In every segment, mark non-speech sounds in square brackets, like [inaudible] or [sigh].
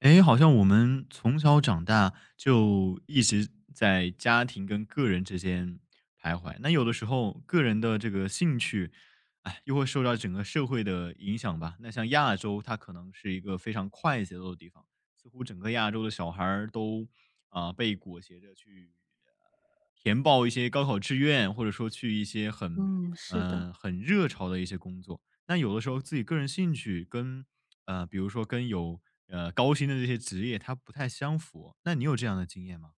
哎，好像我们从小长大就一直在家庭跟个人之间徘徊。那有的时候个人的这个兴趣，哎，又会受到整个社会的影响吧。那像亚洲，它可能是一个非常快节奏的地方，似乎整个亚洲的小孩儿都啊、被裹挟着去呃填报一些高考志愿，或者说去一些很嗯，是的，很热潮的一些工作。那有的时候自己个人兴趣跟比如说跟有高薪的这些职业它不太相符，那你有这样的经验吗？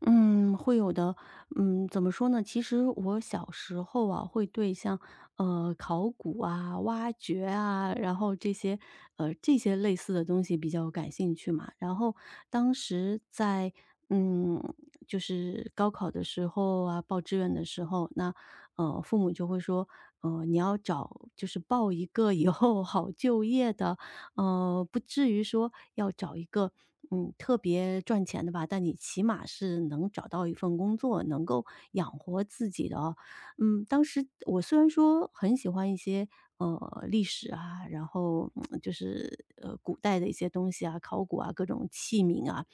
嗯，会有的。怎么说呢？其实我小时候啊，会对像考古啊、挖掘啊，然后这些这些类似的东西比较感兴趣嘛。然后当时在嗯，就是高考的时候啊，报志愿的时候，那父母就会说，你要找就是报一个以后好就业的，不至于说要找一个特别赚钱的吧，但你起码是能找到一份工作，能够养活自己的。当时我虽然说很喜欢一些历史啊，然后就是古代的一些东西啊，考古啊，各种器皿啊，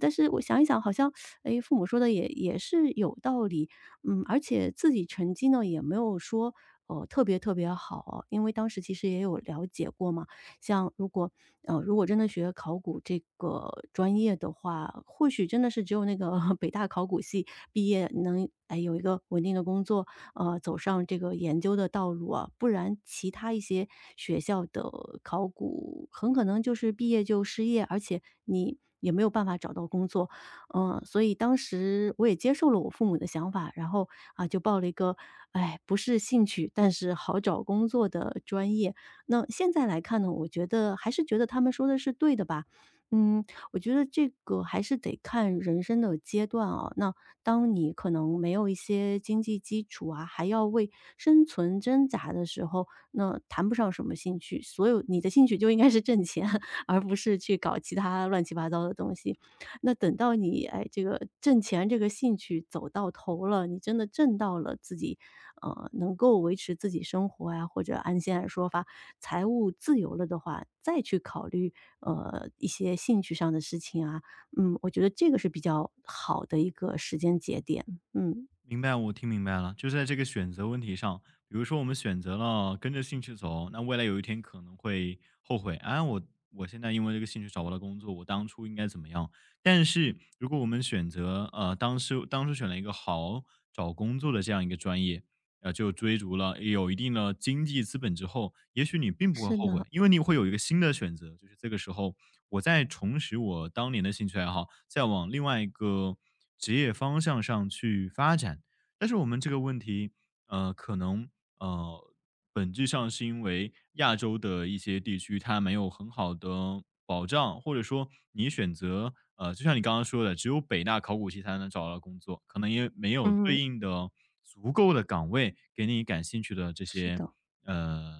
但是我想一想，好像哎父母说的也是有道理，嗯，而且自己成绩呢也没有说特别特别好。哦，因为当时其实也有了解过嘛，像如果如果真的学考古这个专业的话，或许真的是只有那个 [laughs] 北大考古系毕业能哎有一个稳定的工作，走上这个研究的道路啊，不然其他一些学校的考古很可能就是毕业就失业，而且你也没有办法找到工作。嗯，所以当时我也接受了我父母的想法，然后啊就报了一个，哎，不是兴趣，但是好找工作的专业。那现在来看呢，我觉得还是觉得他们说的是对的吧。嗯，我觉得这个还是得看人生的阶段啊。那当你可能没有一些经济基础啊，还要为生存挣扎的时候，那谈不上什么兴趣。所有你的兴趣就应该是挣钱，[laughs] 而不是去搞其他乱七八糟的东西。那等到你哎，这个挣钱这个兴趣走到头了，你真的挣到了自己，能够维持自己生活呀、或者按现在说法财务自由了的话，再去考虑一些兴趣上的事情啊。嗯，我觉得这个是比较好的一个时间节点。嗯，明白，我听明白了，就是在这个选择问题上，比如说我们选择了跟着兴趣走，那未来有一天可能会后悔，啊，我现在因为这个兴趣找不到工作，我当初应该怎么样？但是如果我们选择当时当初选了一个好找工作的这样一个专业，呃，就追逐了有一定的经济资本之后，也许你并不会是后悔，的，因为你会有一个新的选择，就是这个时候我在重拾我当年的兴趣爱好，再往另外一个职业方向上去发展。但是我们这个问题，呃，可能呃，本质上是因为亚洲的一些地区它没有很好的保障，或者说你选择就像你刚刚说的，只有北大考古系才能找到工作，可能也没有对嗯。应的足够的岗位给你感兴趣的这是些的。呃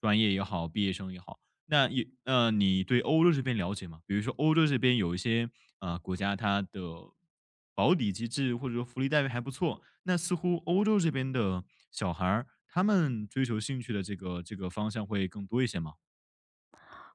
专业也好，毕业生也好。那你对欧洲这边了解吗？比如说欧洲这边有一些，啊国家它的保底机制或者说福利待遇还不错，那似乎欧洲这边的小孩儿，他们追求兴趣的这个方向会更多一些吗？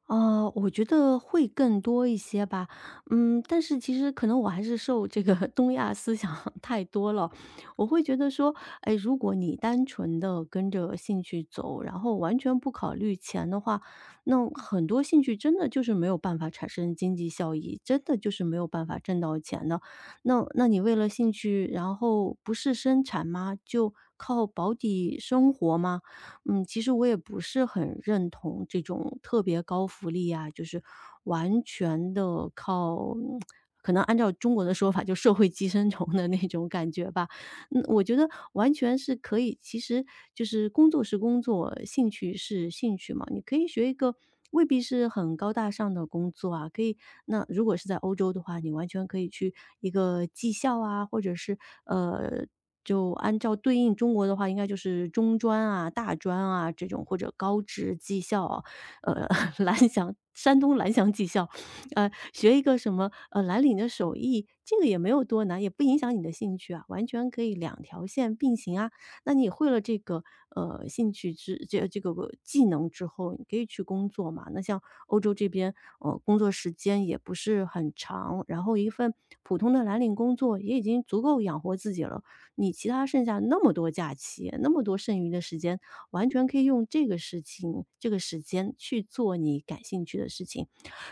我觉得会更多一些吧。嗯，但是其实可能我还是受这个 [laughs] 东亚思想 [laughs] 太多了，我会觉得说，哎，如果你单纯的跟着兴趣走，然后完全不考虑钱的话，那很多兴趣真的就是没有办法产生经济效益，真的就是没有办法挣到钱的。那你为了兴趣，然后不是生产吗？就靠保底生活吗？嗯，其实我也不是很认同这种特别高福利啊，就是完全的靠可能按照中国的说法，就社会寄生虫的那种感觉吧。嗯，我觉得完全是可以，其实就是工作是工作，兴趣是兴趣嘛。你可以学一个未必是很高大上的工作啊，可以那如果是在欧洲的话，你完全可以去一个技校啊，或者是呃，就按照对应中国的话，应该就是中专啊、大专啊这种，或者高职技校啊，呃，[laughs] 蓝翔山东蓝翔技校，学一个什么，蓝领的手艺，这个也没有多难，也不影响你的兴趣啊，完全可以两条线并行啊。那你会了这个，兴趣之这个技能之后，你可以去工作嘛。那像欧洲这边，工作时间也不是很长，然后一份普通的蓝领工作也已经足够养活自己了。你其他剩下那么多假期，那么多剩余的时间，完全可以用这个事情、这个时间去做你感兴趣的事情。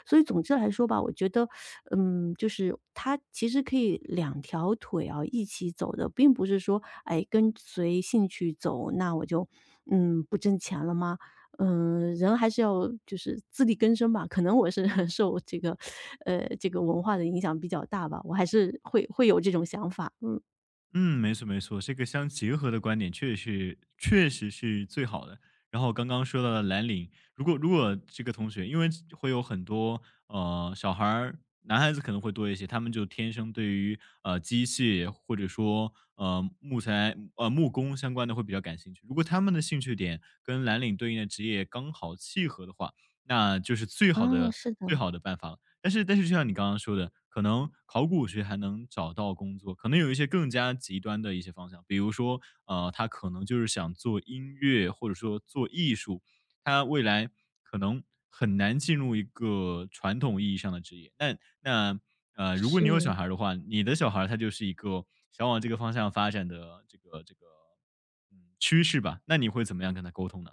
所以总之来说吧，我觉得，嗯，就是它其实可以两条腿啊一起走的，并不是说，哎，跟随兴趣走，那我就，嗯，不挣钱了吗？嗯，人还是要就是自力更生吧。可能我是 [laughs] 受这个，这个文化的影响比较大吧，我还是会有这种想法。嗯，嗯，没错没错，这个相结合的观点确实确实是最好的。然后刚刚说到了蓝领，如果这个同学，因为会有很多小孩儿，男孩子可能会多一些，他们就天生对于机械或者说木工相关的会比较感兴趣。如果他们的兴趣点跟蓝领对应的职业刚好契合的话，那就是最好啊，的是最的，好的办法了。但是就像你刚刚说的，可能考古学还能找到工作，可能有一些更加极端的一些方向，比如说，呃，他可能就是想做音乐，或者说做艺术，他未来可能很难进入一个传统意义上的职业。那呃，如果你有小是。孩儿的话，你的小孩儿他就是一个想往这个方向发展的这个趋势吧？那你会怎么样跟他沟通呢？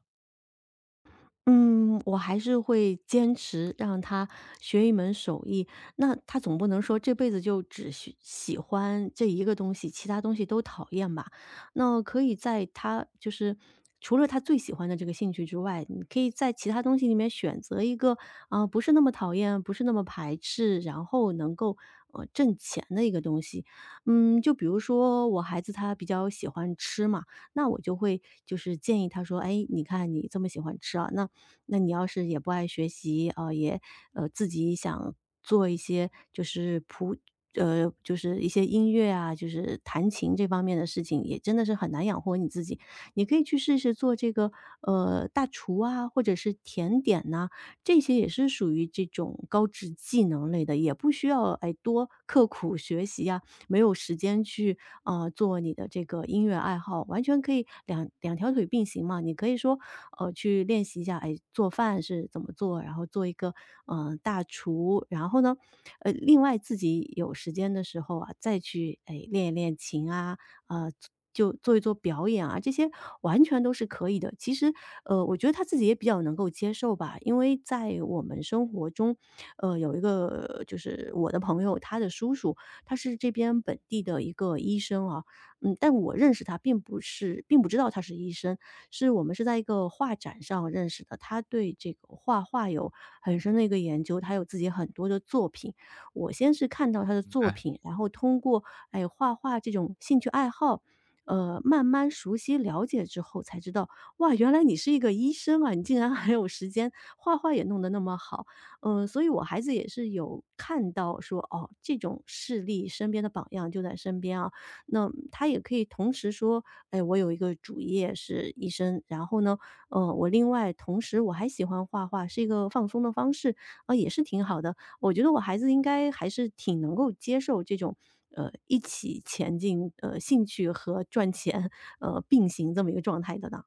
嗯，我还是会坚持让他学一门手艺。那他总不能说这辈子就只喜欢这一个东西，其他东西都讨厌吧？那可以在他就是除了他最喜欢的这个兴趣之外，你可以在其他东西里面选择一个啊、不是那么讨厌，不是那么排斥，然后能够挣钱的一个东西。嗯，就比如说我孩子他比较喜欢吃嘛，那我就会就是建议他说，哎，你看你这么喜欢吃啊，那你要是也不爱学习啊，也自己想做一些就是就是一些音乐啊，就是弹琴这方面的事情，也真的是很难养活你自己。你可以去试试做这个大厨啊，或者是甜点呐、这些也是属于这种高职技能类的，也不需要哎多刻苦学习呀、没有时间去做你的这个音乐爱好，完全可以两条腿并行嘛。你可以说去练习一下，哎，做饭是怎么做，然后做一个大厨，然后呢，另外自己有时间的时候啊，再去哎练一练琴啊。呃。就做一做表演啊，这些完全都是可以的。其实，我觉得他自己也比较能够接受吧，因为在我们生活中，有一个就是我的朋友，他的叔叔，他是这边本地的一个医生啊。嗯，但我认识他并不知道他是医生，是我们是在一个画展上认识的。他对这个画画有很深的一个研究，他有自己很多的作品。我先是看到他的作品，然后通过哎画画这种兴趣爱好，慢慢熟悉了解之后才知道，哇，原来你是一个医生啊，你竟然还有时间画画也弄得那么好。嗯，所以我孩子也是有看到说，哦，这种事例，身边的榜样就在身边啊。那他也可以同时说，哎，我有一个主业是医生，然后呢，我另外同时我还喜欢画画，是一个放松的方式啊，也是挺好的。我觉得我孩子应该还是挺能够接受这种，一起前进，兴趣和赚钱，并行这么一个状态的呢。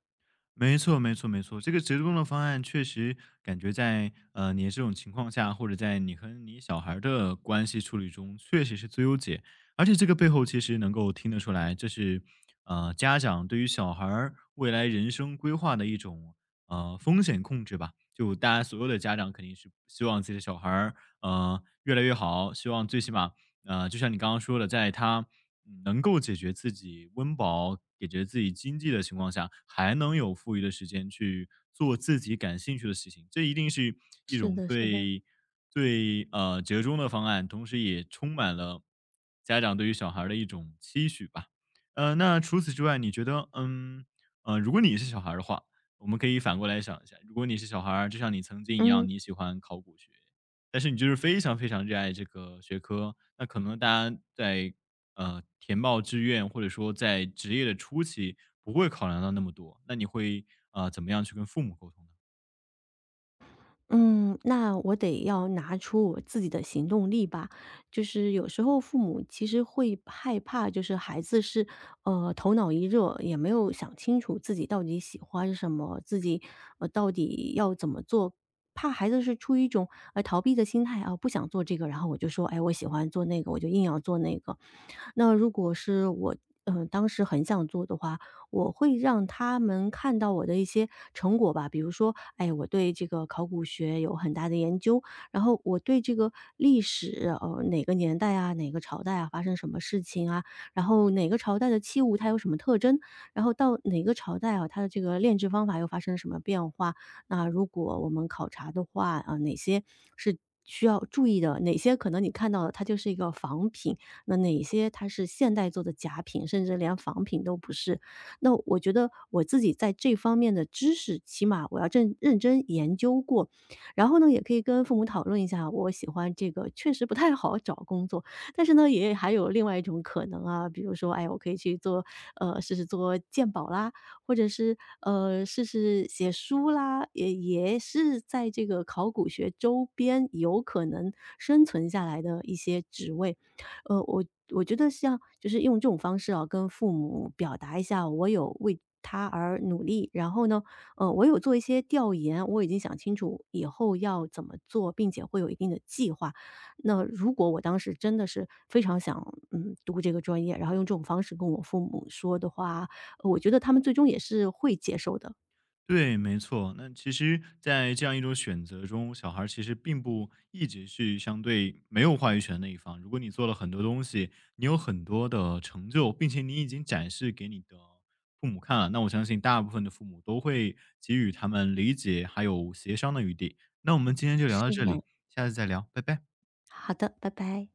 没错，没错，没错。这个折中的方案确实感觉在你这种情况下，或者在你和你小孩儿的关系处理中，确实是最优解。而且这个背后其实能够听得出来，这是家长对于小孩儿未来人生规划的一种风险控制吧。就大家所有的家长肯定是希望自己的小孩儿越来越好，希望最起码就像你刚刚说的，在他能够解决自己温饱、解决自己经济的情况下，还能有富余的时间去做自己感兴趣的事情，这一定是一是种的，是的。最折中的方案，同时也充满了家长对于小孩儿的一种期许吧。呃，那除此之外，你觉得，嗯，如果你是小孩儿的话，我们可以反过来想一下，如果你是小孩儿，就像你曾经一样，嗯。你喜欢考古学，但是你就是非常非常热爱这个学科，那可能大家在填报志愿或者说在职业的初期不会考量到那么多，那你会怎么样去跟父母沟通呢？嗯，那我得要拿出我自己的行动力吧。就是有时候父母其实会害怕，就是孩子是头脑一热，也没有想清楚自己到底喜欢什么，自己到底要怎么做。怕孩子是出于一种逃避的心态啊，不想做这个，然后我就说，哎，我喜欢做那个，我就硬要做那个。那如果是我，嗯，当时很想做的话，我会让他们看到我的一些成果吧。比如说，哎，我对这个考古学有很大的研究，然后我对这个历史，哪个年代啊，哪个朝代啊，发生什么事情啊，然后哪个朝代的器物它有什么特征，然后到哪个朝代啊，它的这个炼制方法又发生了什么变化。那如果我们考察的话，啊、哪些是需要注意的？哪些可能你看到的它就是一个仿品，那哪些它是现代做的假品，甚至连仿品都不是。那我觉得我自己在这方面的知识，起码我要认认真研究过，然后呢，也可以跟父母讨论一下，我喜欢这个确实不太好找工作，但是呢，也还有另外一种可能啊，比如说，哎，我可以去做，试试做鉴宝啦，或者是试试写书啦，也是在这个考古学周边有可能生存下来的一些职位。呃，我我觉得像就是用这种方式啊，跟父母表达一下，我有为他而努力，然后呢，我有做一些调研，我已经想清楚以后要怎么做，并且会有一定的计划。那如果我当时真的是非常想，嗯，读这个专业，然后用这种方式跟我父母说的话，我觉得他们最终也是会接受的。对，没错。那其实，在这样一种选择中，小孩儿其实并不一直是相对没有话语权的一方。如果你做了很多东西，你有很多的成就，并且你已经展示给你的父母看了，那我相信大部分的父母都会给予他们理解还有协商的余地。那我们今天就聊到是这呢。里，下次再聊，拜拜。好的，拜拜。